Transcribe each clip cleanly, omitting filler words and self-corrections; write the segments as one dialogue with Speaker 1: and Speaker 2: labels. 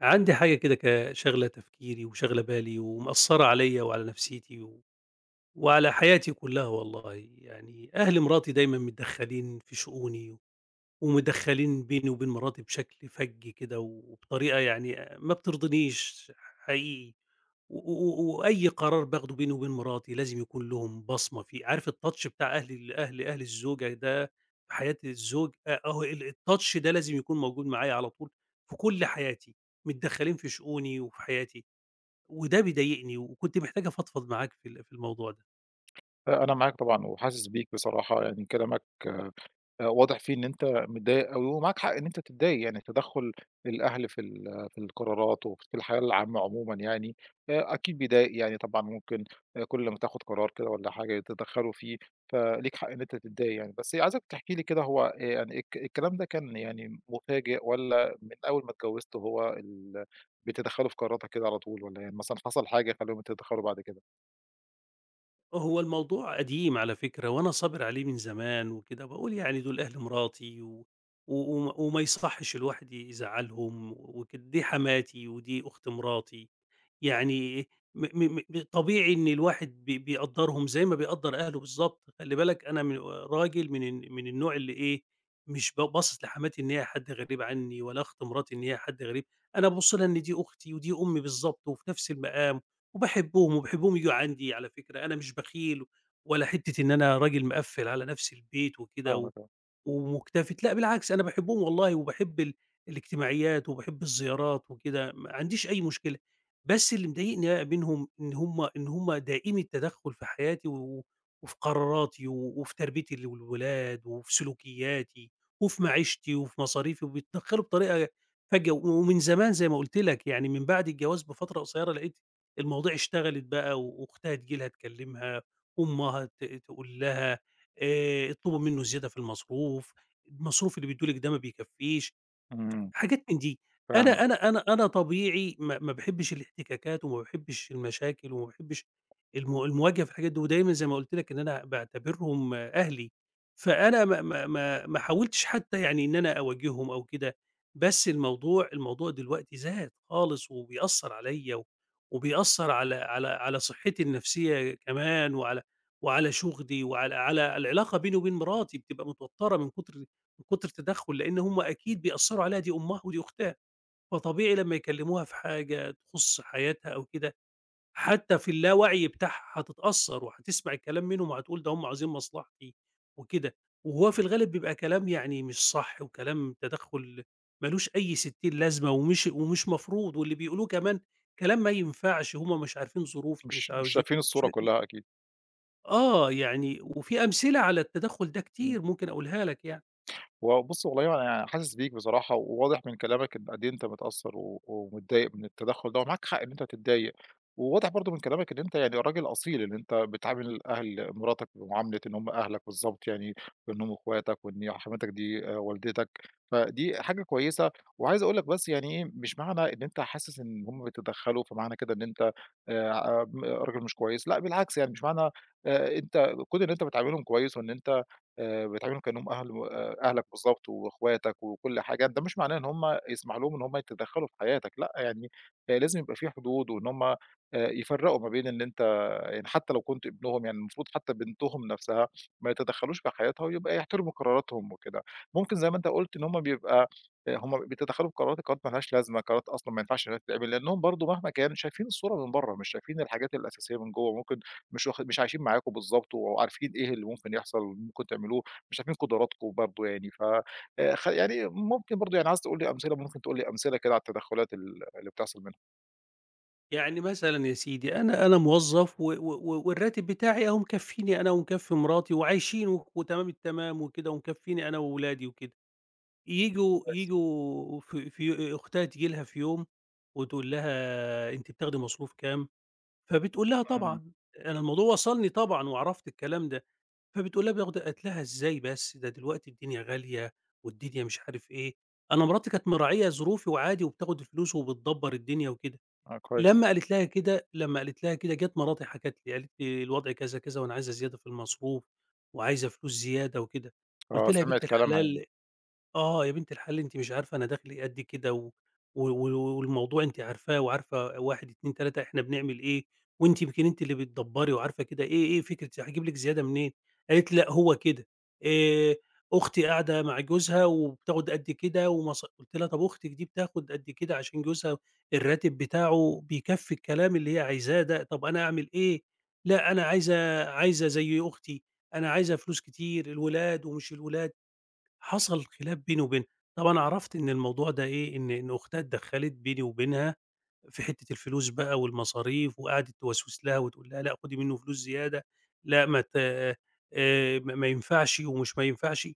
Speaker 1: عندي حاجة كده شاغلة تفكيري وشاغلة بالي ومأثّرة عليّا وعلى نفسيتي وعلى حياتي كلّها والله، يعني أهل مراتي دايمًا متدخّلين في شؤوني ومدخّلين بيني وبين مراتي بشكل فَج كده وبطريقة يعني ما بترضينيش حقيقي. وأي قرار باخده بيني وبين مراتي لازم يكون لهم بصمة فيه. عارف الtouch بتاع أهل ال أهل أهل الزوجة ده في حياة الزوج، أهو الtouch ده لازم يكون موجود معايا على طول في كل حياتي. متدخّلين في شؤوني وفي حياتي، وده بيضايقني وكنت محتاج أفضفض معاك في في الموضوع ده.
Speaker 2: أنا معاك طبعًا وحاسس بيك بصراحة، يعني كلامك واضح فيه إن أنت متضايق أوي ومعاك حق إن أنت تتضايق، يعني تدخُّل الأهل في القرارات وفي الحياة العامة عمومًا يعني أكيد بيضايق يعني طبعًا ممكن كل ما تاخُد قرار كده والّا حاجة يتدخّلوا فيه، فليك حق إن أنت تتضايق يعني. بس عايزك تحكي لي كده هو يعني الكلام ده كان يعني مفاجئ والّا من أول ما اتجوّزت هو ال بيتدخّلوا في قراراتك كده على طول والّا يعني مثلًا حصل حاجة خلّاهم يتدخّلوا بعد كده؟
Speaker 1: هو الموضوع قديم على فكرة وأنا صابر عليه من زمان وكده، باقول يعني دول أهل مراتي و و وم وما يصحش الواحد يزعّلهم وكده، دي حماتي ودي أخت مراتي. يعني م م م طبيعي إن الواحد بيقدّرهم زي ما بيقدّر أهله بالضبط. خلّي بالك أنا من راجل من من النوع اللي إيه، مش باصص لحماتي إن هي حد غريب عني ولا أخت مراتي إن هي حد غريب. أنا بابُص لها إن دي أختي ودي أمي بالضبط وفي نفس المقام، وباحبهم وباحبهم ييجوا عندي على فكرة. أنا مش بخيل ولا حتّة إن أنا راجل مِقفّل على نفسي البيت وكده
Speaker 2: فاهمك، آه.
Speaker 1: ومُكتفِت. لأ بالعكس، أنا باحبهم والله وباحب الاجتماعيات وباحب الزيارات وكده، ما عنديش أي مشكلة. بس اللي مضايقني بقى منهم إن هم دائمي التدخُّل في حياتي وفي قراراتي وفي تربيتي للولاد وفي سلوكياتي وفي معيشتي وفي مصاريفي، وبيتدخّلوا بطريقة فجّة ومن زمان زي ما قُلت لك. يعني من بعد الجواز بفترة قصيّرة لقيت المواضيع اشتغلِت بقى، وأختها تيجي لها تكلِّمها، أمها تقول لها: اطلبوا منه زيادة في المصروف، المصروف اللي بيدّيه لِك ده ما بيكفّيش.
Speaker 2: إمم.
Speaker 1: حاجات من دي. أنا
Speaker 2: فاهمك.
Speaker 1: أنا أنا أنا طبيعي ما ما باحبّش الاحتكاكات وما باحبّش المشاكل وما باحبّش المواجهة في الحاجات دي، ودايمًا زي ما قُلت لك إن أنا باعتبرهم أهلي، فأنا ما ما ما ما حاولتش حتّى يعني إن أنا أواجههم أو كده. بس الموضوع دلوقتي زاد خالص وبيأثّر عليّا وبيأثّر على صحّتي النفسيّة كمان وعلى شُغلي وعلى العلاقة بيني وبين مراتي، بتبقى متوتّرة من كُتر من كتر التدخُّل. لإن هم أكيد بيأثّروا عليها، دي أمها ودي أختها، فطبيعي لمّا يكلّموها في حاجة تخُص حياتها أو كده، حتى في اللاوعي بتاعها هتتأثّر وهتسمع الكلام منهم وهتقول ده هم عايزين مصلحتي وكده. وهو في الغالب بيبقى كلام يعني مش صح، وكلام تدخُّل مالوش أي ستين لازمة ومش مفروض، واللي بيقولوه كمان كلام ما ينفعش. هم مش عارفين ظروفي،
Speaker 2: مش
Speaker 1: مش
Speaker 2: مش
Speaker 1: عاوزين
Speaker 2: شايفين
Speaker 1: مش
Speaker 2: الصورة كلّها أكيد.
Speaker 1: آه. يعني وفي أمثلة على التدخُّل ده
Speaker 2: إمم.
Speaker 1: كتير ممكن أقولها لك يعني.
Speaker 2: وبُص والله أنا حاسس بيك بصراحة، وواضح من كلامك إن قد إيه أنت متأثّر و ومتضايق من التدخُّل ده، ومعاك حق إن أنت تتضايق، وواضح برضه من كلامك إن أنت يعني راجل أصيل، إن أنت بتعامل أهل مراتك بمعاملة إن هم أهلك بالضبط يعني، وإن هم أخواتك، وإن حماتك دي والدتك، فدي حاجة كويسة. وعايز أقول لك بس يعني إيه، مش معنى إن أنت حاسس إن هم بيتدخّلوا، فمعنى كده إن أنت م راجل مش كويس، لأ بالعكس يعني مش معنى أنت كون إن أنت بتعاملهم كويس وإن أنت بتعاملهم كإنّهم أهل و أهلك بالضبط وأخواتك وكل حاجة، ده مش معناه إن هم يسمح لهم إن هم يتدخّلوا في حياتك، لأ يعني لازم يبقى في حدود وإن هم يفرّقوا ما بين إن أنت يعني حتى لو كنت ابنهم يعني المفروض حتى بنتهم نفسها ما يتدخّلوش في حياتها ويبقى يحترموا قراراتهم وكده. ممكن زي ما أنت قُلت إن هم بيتدخّلوا في قراراتك، قرارات ما لهاش لازمة، قرارات أصلًا ما ينفعش إنها تتعمل، لإنّهم برضه مهما كان شايفين الصورة من برّه، مش شايفين الحاجات الأساسية من جوّه، ممكن مش عايشين معاكم بالضبط وعارفين إيه اللي ممكن يحصل، ممكن تعملوه، مش عارفين قدراتكم برضه يعني ف خ يعني ممكن برضه يعني عايز تقول لي أمثلة، ممكن تقول لي أمثلة كده على التدخلات اللي بتحصل منهم.
Speaker 1: يعني مثلًا يا سيدي، أنا موظّف والراتب بتاعي أهو مكفّيني أنا ومكفّي مراتي وعايشين وتمام التمام وكده ومكفّيني أنا وولادي وكده. ييجوا
Speaker 2: كويس.
Speaker 1: ييجوا في في أختها تيجي لها في يوم وتقول لها: "أنتِ بتاخدي مصروف كام؟" فبتقول لها
Speaker 2: إمم.
Speaker 1: طبعًا، أنا الموضوع وصلني طبعًا وعرفت الكلام ده. فبتقول لها باخد قالت لها: "إزاي بس؟ ده دلوقتي الدنيا غالية والدنيا مش عارف إيه." أنا مراتي كانت مراعية ظروفي وعادي وبتاخد الفلوس وبتدبّر الدنيا وكده.
Speaker 2: آه، كويس.
Speaker 1: لمّا قالت لها كده جات مراتي حكت لي، قالت لي: "الوضع كذا، كذا، وأنا عايزة زيادة في المصروف وعايزة فلوس زيادة وكده."
Speaker 2: آه،
Speaker 1: قُلت لها: "يا
Speaker 2: سمعِت
Speaker 1: بنت
Speaker 2: كلامها يعني.
Speaker 1: الحلال آه، يا بنت الحلال، أنتِ مش عارفة أنا دخلي قد كده و و و والموضوع أنتِ عارفاه وعارفة 1، 2، 3 إحنا بنعمل إيه، وأنتِ يمكن أنتِ اللي بتدبّري وعارفة كده إيه فكرة، هاجيب لِك زيادة منين؟ قالت لي: "لأ هو كده." آآ، أختي قاعدة مع جوزها وبتاخد قد كده قُلت لها: "طب أختِك دي بتاخد قد كده عشان جوزها الراتب بتاعه بيكفّي الكلام اللي هي عايزاه ده، طب أنا أعمل إيه؟" "لأ أنا عايزة زي أختي، أنا عايزة فلوس كتير، الولاد ومش الولاد." حصل خلاف بيني وبينها. طبعًا عرفت إن الموضوع ده إيه، إن أختها اتدخّلت بيني وبينها في حتّة الفلوس بقى والمصاريف، وقعدت توسوس لها وتقول لها: "لأ خدي منّه فلوس زيادة، لأ ما ينفعش ومش ما ينفعش."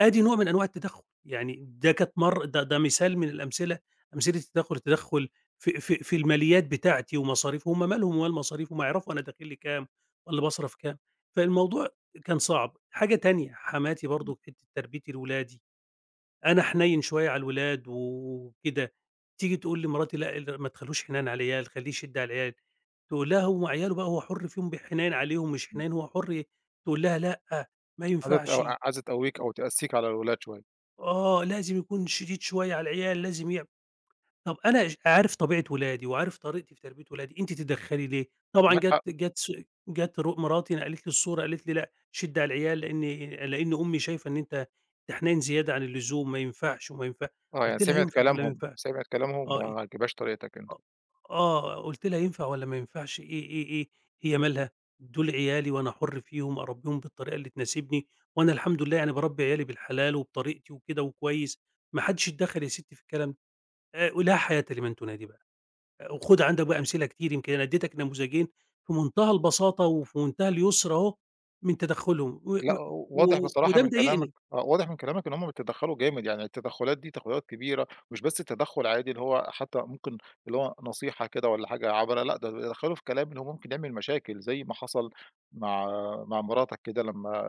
Speaker 1: آدي نوع من أنواع التدخُّل. يعني ده كانت مَر ده ده مثال من الأمثلة، أمثلة التدخُّل. التدخُّل في الماليات بتاعتي ومصاريفي، هم مالهم ومال مصاريفي؟ هم يعرفوا أنا داخل لي كام والّا باصرف كام؟ فالموضوع كان صعب. حاجة تانية، حماتي
Speaker 2: إمم.
Speaker 1: برضه في حتّة تربية الولادي. أنا حنيّن شوية على الولاد وكده، تيجي تقول لمراتي: "لأ ما تخلّوش حنان على العيال، خلّيه يشِد على العيال." تقول لها: "هو عياله، بقى هو حُر فيهم، بحنان عليهم مش
Speaker 2: إمم.
Speaker 1: حنان هو حُر تقول لها: "لأ، ما ينفعش."
Speaker 2: عايزة تقويك أو تقسّيك على الولاد شوية.
Speaker 1: آه، لازم يكون شديد شوية على العيال، لازم يعم طَب أنا عارف طبيعة ولادي وعارف طريقتي في تربية ولادي، أنتِ تتدخّلي ليه؟ طبعًا
Speaker 2: معاك
Speaker 1: جات
Speaker 2: حق.
Speaker 1: جات س جات ر مراتي نقلت لي الصورة قالت لي: "لأ، شِد على العيال لإن أمي شايفة إن أنت حنين زيادة عن اللزوم، ما ينفعش وما ينفع"
Speaker 2: آه، يعني
Speaker 1: قُلت لها:
Speaker 2: سمعِت
Speaker 1: "ينفع ولا ما
Speaker 2: كلامهم،
Speaker 1: ينفعش؟
Speaker 2: سمعِت كلامهم
Speaker 1: آه، ي
Speaker 2: وما عجبهاش طريقتك أنت.
Speaker 1: أ آه." قُلت لها: "ينفع والّا ما ينفعش، إيه، إيه، إيه؟ هي مالها، دول عيالي وأنا حُر فيهم، أربّيهم بالطريقة اللي تناسبني، وأنا الحمد لله يعني باربّي عيالي بالحلال وبطريقتي وكده وكويس، ما حدّش اتدخّل يا ستّي في الكلام ده." ولا حياة لمن تنادي بقى. آه، وخُد عندك بقى أمثلة كتير. يمكن أنا ادّيتك نموذجين في منتهى البساطة وفي منتهى اليسر أهو من تدخُّلهم،
Speaker 2: لأ، واضح
Speaker 1: و
Speaker 2: بصراحة
Speaker 1: وده
Speaker 2: من كلامك
Speaker 1: مضايقني.
Speaker 2: واضح من كلامك إن هُم بيتدخّلوا جامد، يعني التدخّلات دي تدخّلات كبيرة، مش بس تدخُّل عادي اللي هو نصيحة كده والّا حاجة عابرة، لأ، ده بيتدخّلوا في كلام اللي هو ممكن يعمل مشاكل، زي ما حصل مع مع مراتك كده لمّا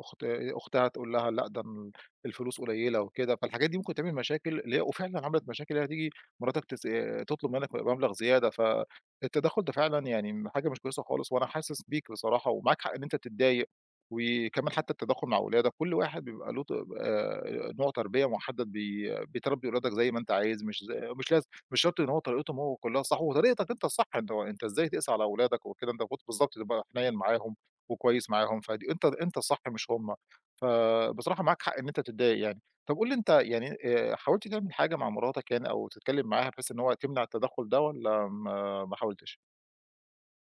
Speaker 2: أخت أختها تقول لها لأ، ده الفلوس قليّلة وكده، فالحاجات دي ممكن تعمل مشاكل اللي هي وفعلًا عملت مشاكل، اللي هي تيجي مراتك تطلب منّك مبلغ زيادة، فالتدخّل ده فعلًا يعني حاجة مش كويسة خالص، وأنا حاسس بيك بصراحة ومعاك حق إن أنت تتضايق. وكمان حتى التداخل مع أولادك، كل واحد بيبقى له ط نوع تربية محدد بتربي أولادك زي ما أنت عايز، مش ز مش لاز مش شرط إن هو طريقتهم هو كلها صح، وطريقتك أنت الصح، أنت إزاي تقسى على أولادك وكده، أنت المفروض بالضبط تبقى حنيّن معاهم وكويس معاهم، فدي أنت الصح مش هُم، فبصراحة معاك حق إن أنت تتضايق يعني. طب قُل لي أنت يعني حاولت تعمل حاجة مع مراتك يعني أو تتكلم معاها بحيث إن هو تمنع التدخل ده والّا ما حاولتش؟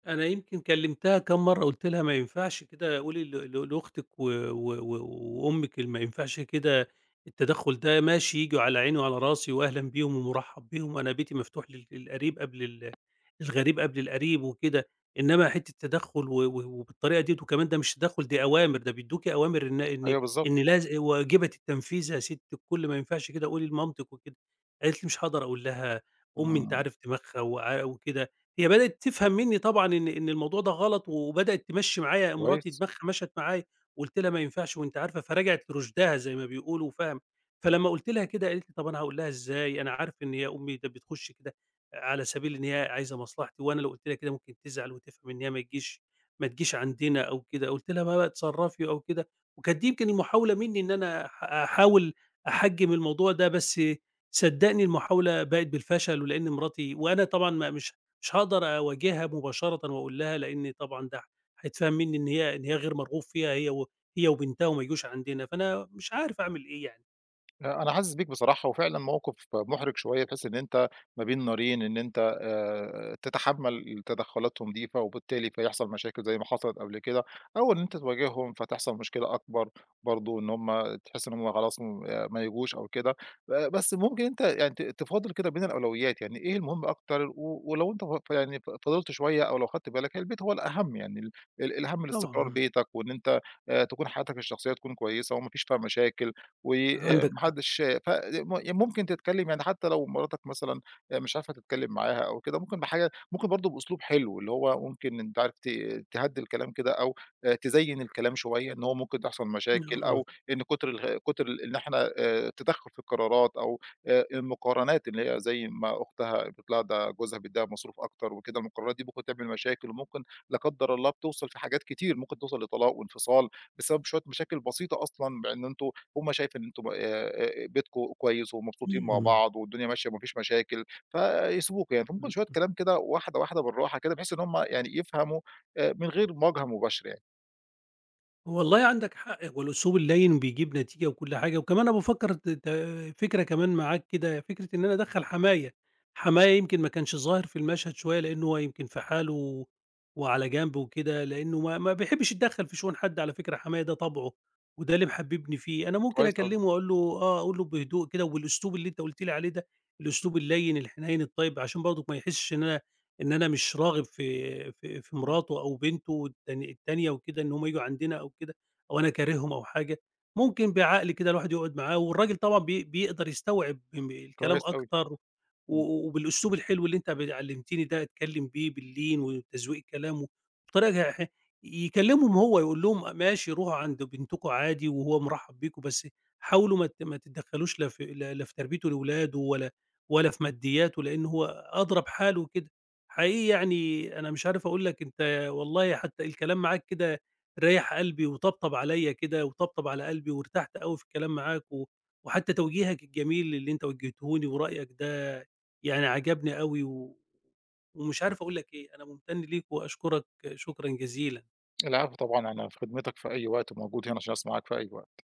Speaker 1: أنا يمكن كلّمتها كام مرّة قُلت لها: "ما ينفعش كده، قولي ل ل لأختِك و و و وأمِك ما ينفعش كده، التدخُّل ده." ماشي، ييجوا على عيني وعلى راسي وأهلًا بيهم ومُرحّب بيهم، وأنا بيتي مفتوح للقريب قبل للغريب قبل القريب وكده. إنّما حتّة تدخُّل و و وبالطريقة ديّة، وكمان ده مش تدخُّل، دي أوامر، ده بيدّوكِ أوامر
Speaker 2: أيوه
Speaker 1: إن
Speaker 2: بالضبط.
Speaker 1: واجبة التنفيذ. يا سِتّ الكُل ما ينفعش كده، قولي لمامتِك وكده. قالت لي: "مش هاقدر أقول لها، أمي أنت
Speaker 2: إمم.
Speaker 1: عارف دماغها وكده." هي بدأت تفهم منّي طبعًا إن إن الموضوع ده غلط، وبدأت تمشّي معايا، مراتي
Speaker 2: كويس.
Speaker 1: دماغها مشت معايا. وقُلت لها: "ما ينفعش وأنتِ عارفة." فرجعت لرُشدها زي ما بيقولوا وفاهمة. فلمّا قُلت لها كده قالت لي: "طب أنا هاقول لها إزاي؟ أنا عارف إن هي أمي، ده بتخُش كده على سبيل إن هي عايزة مصلحتي، وأنا لو قُلت لها كده ممكن تزعل وتفهم إن هي ما تجيش عندنا أو كده." قُلت لها: "ما بقى اتصرّفي" أو كده. وكانت دي يمكن المحاولة منّي إن أنا أحاول أحجّم الموضوع ده، بس صدّقني المحاولة باءت بالفشل. ولإن مراتي، وأنا طبعًا ما مش مش هاقدر أواجهها مباشرةً وأقول لها، لإن طبعًا ده هيتفهم منّي إن هي غير مرغوب فيها، هي وبنتها وما ييجوش عندنا، فأنا مش عارف أعمل إيه يعني.
Speaker 2: أنا حاسس بيك بصراحة، وفعلًا موقف مُحرِج شوية، بحيث إن أنت ما بين نارين، إن أنت تتحمّل تدخلاتهم دي، فوبالتالي فيحصل مشاكل زي ما حصلت قبل كده، أو إن أنت تواجههم فتحصل مشكلة أكبر برضه، إن هُم تحس إن هُم خلاص م ما ييجوش أو كده. بس ممكن أنت يعني تفاضل كده بين الأولويات، يعني إيه المهم أكتر، و ولو أنت يعني فضلت شوية أو لو خدت بالك، هي البيت هو الأهم يعني، ال ال الأهم لاستقرار
Speaker 1: طبعًا.
Speaker 2: بيتك، وإن أنت تكون حياتك الشخصية تكون كويسة، وما فيش فيها مشاكل.
Speaker 1: عندك
Speaker 2: وما
Speaker 1: حق.
Speaker 2: حدش ف م يعني ممكن تتكلم يعني حتى لو مراتك مثلًا مش عارفة تتكلم معاها أو كده، ممكن بحاجة ممكن برضه بأسلوب حلو، اللي هو ممكن أنت عارف تهدّي الكلام كده أو تزيّن الكلام شوية، إن هو ممكن تحصل مشاكل
Speaker 1: آه.
Speaker 2: أو إن كتر الغ كتر ال- إن إحنا التدخُّل في القرارات أو المقارنات اللي هي زي ما أختها قالت لها ده جوزها بيدّيها مصروف أكتر وكده، المقارنات دي ممكن تعمل مشاكل وممكن لا قدّر الله بتوصل في حاجات كتير، ممكن توصل لطلاق وانفصال بسبب شوية مشاكل بسيطة أصلًا بإن أنتم هم شايف إن أنتم بيتكم كويس ومبسوطين مع
Speaker 1: إمم،
Speaker 2: بعض والدنيا ماشية وما فيش مشاكل، فيسيبوكوا يعني، فممكن
Speaker 1: إمم.
Speaker 2: شوية كلام كده واحدة، واحدة بالراحة كده بحيث إن هم يعني يفهموا من غير مواجهة مباشرة يعني.
Speaker 1: والله عندك حق، هو الأسلوب اللَّين بيجيب نتيجة وكل حاجة. وكمان أنا بافكّر ت ت فكرة كمان معاك كده، فكرة إن أنا أدخّل حماية. حماية يمكن ما كانش ظاهر في المشهد شوية، لإنه هو يمكن في حاله وعلى جنب وكده، لإنه ما ما بيحبّش يتدخّل في شؤون حد. على فكرة حماية ده طبعه، وده اللي محبّبني فيه. أنا ممكن
Speaker 2: كويس أوي.
Speaker 1: أكلّمه وأقول له آه، أقول له بهدوء كده وبالأسلوب اللي أنت قُلت لي عليه ده، الأسلوب اللَّين الحنيّن الطيب، عشان برضه ما يحسّش إن أنا مش راغب في
Speaker 2: إمم.
Speaker 1: مراته أو بنته التانية وكده، إن هم ييجوا عندنا أو كده، أو أنا كارههم أو حاجة. ممكن بعقل كده الواحد يقعد معاه، والراجل طبعًا بيقدر يستوعب الكلام
Speaker 2: كويس أوي.
Speaker 1: أكتر
Speaker 2: إمم.
Speaker 1: وبالأسلوب الحلو اللي أنت علمتني ده، أتكلم بيه باللين وتزويق كلامه بطريقة يكلمهم هو، يقول لهم: ماشي روحوا عند بنتكم عادي وهو مرحب بيكم، بس حاولوا ما تتدخلوش لا في لا لا في تربيته لأولاده ولا ولا في مادياته، لأن هو أدرى بحاله وكده. حقيقي يعني أنا مش عارف أقول لك أنت والله، حتى الكلام معاك كده ريّح قلبي وطبطب عليّا كده وطبطب على قلبي، وارتحت أوي في الكلام معاك وحتى توجيهك الجميل اللي أنت وجّهته لي ورأيك ده يعني عجبني أوي ومش عارف أقول لك إيه. أنا ممتن ليك وأشكرك شكرًا جزيلًا.
Speaker 2: العفو طبعًا، أنا في خدمتك في أي وقت وموجود هنا عشان أسمعك في أي وقت.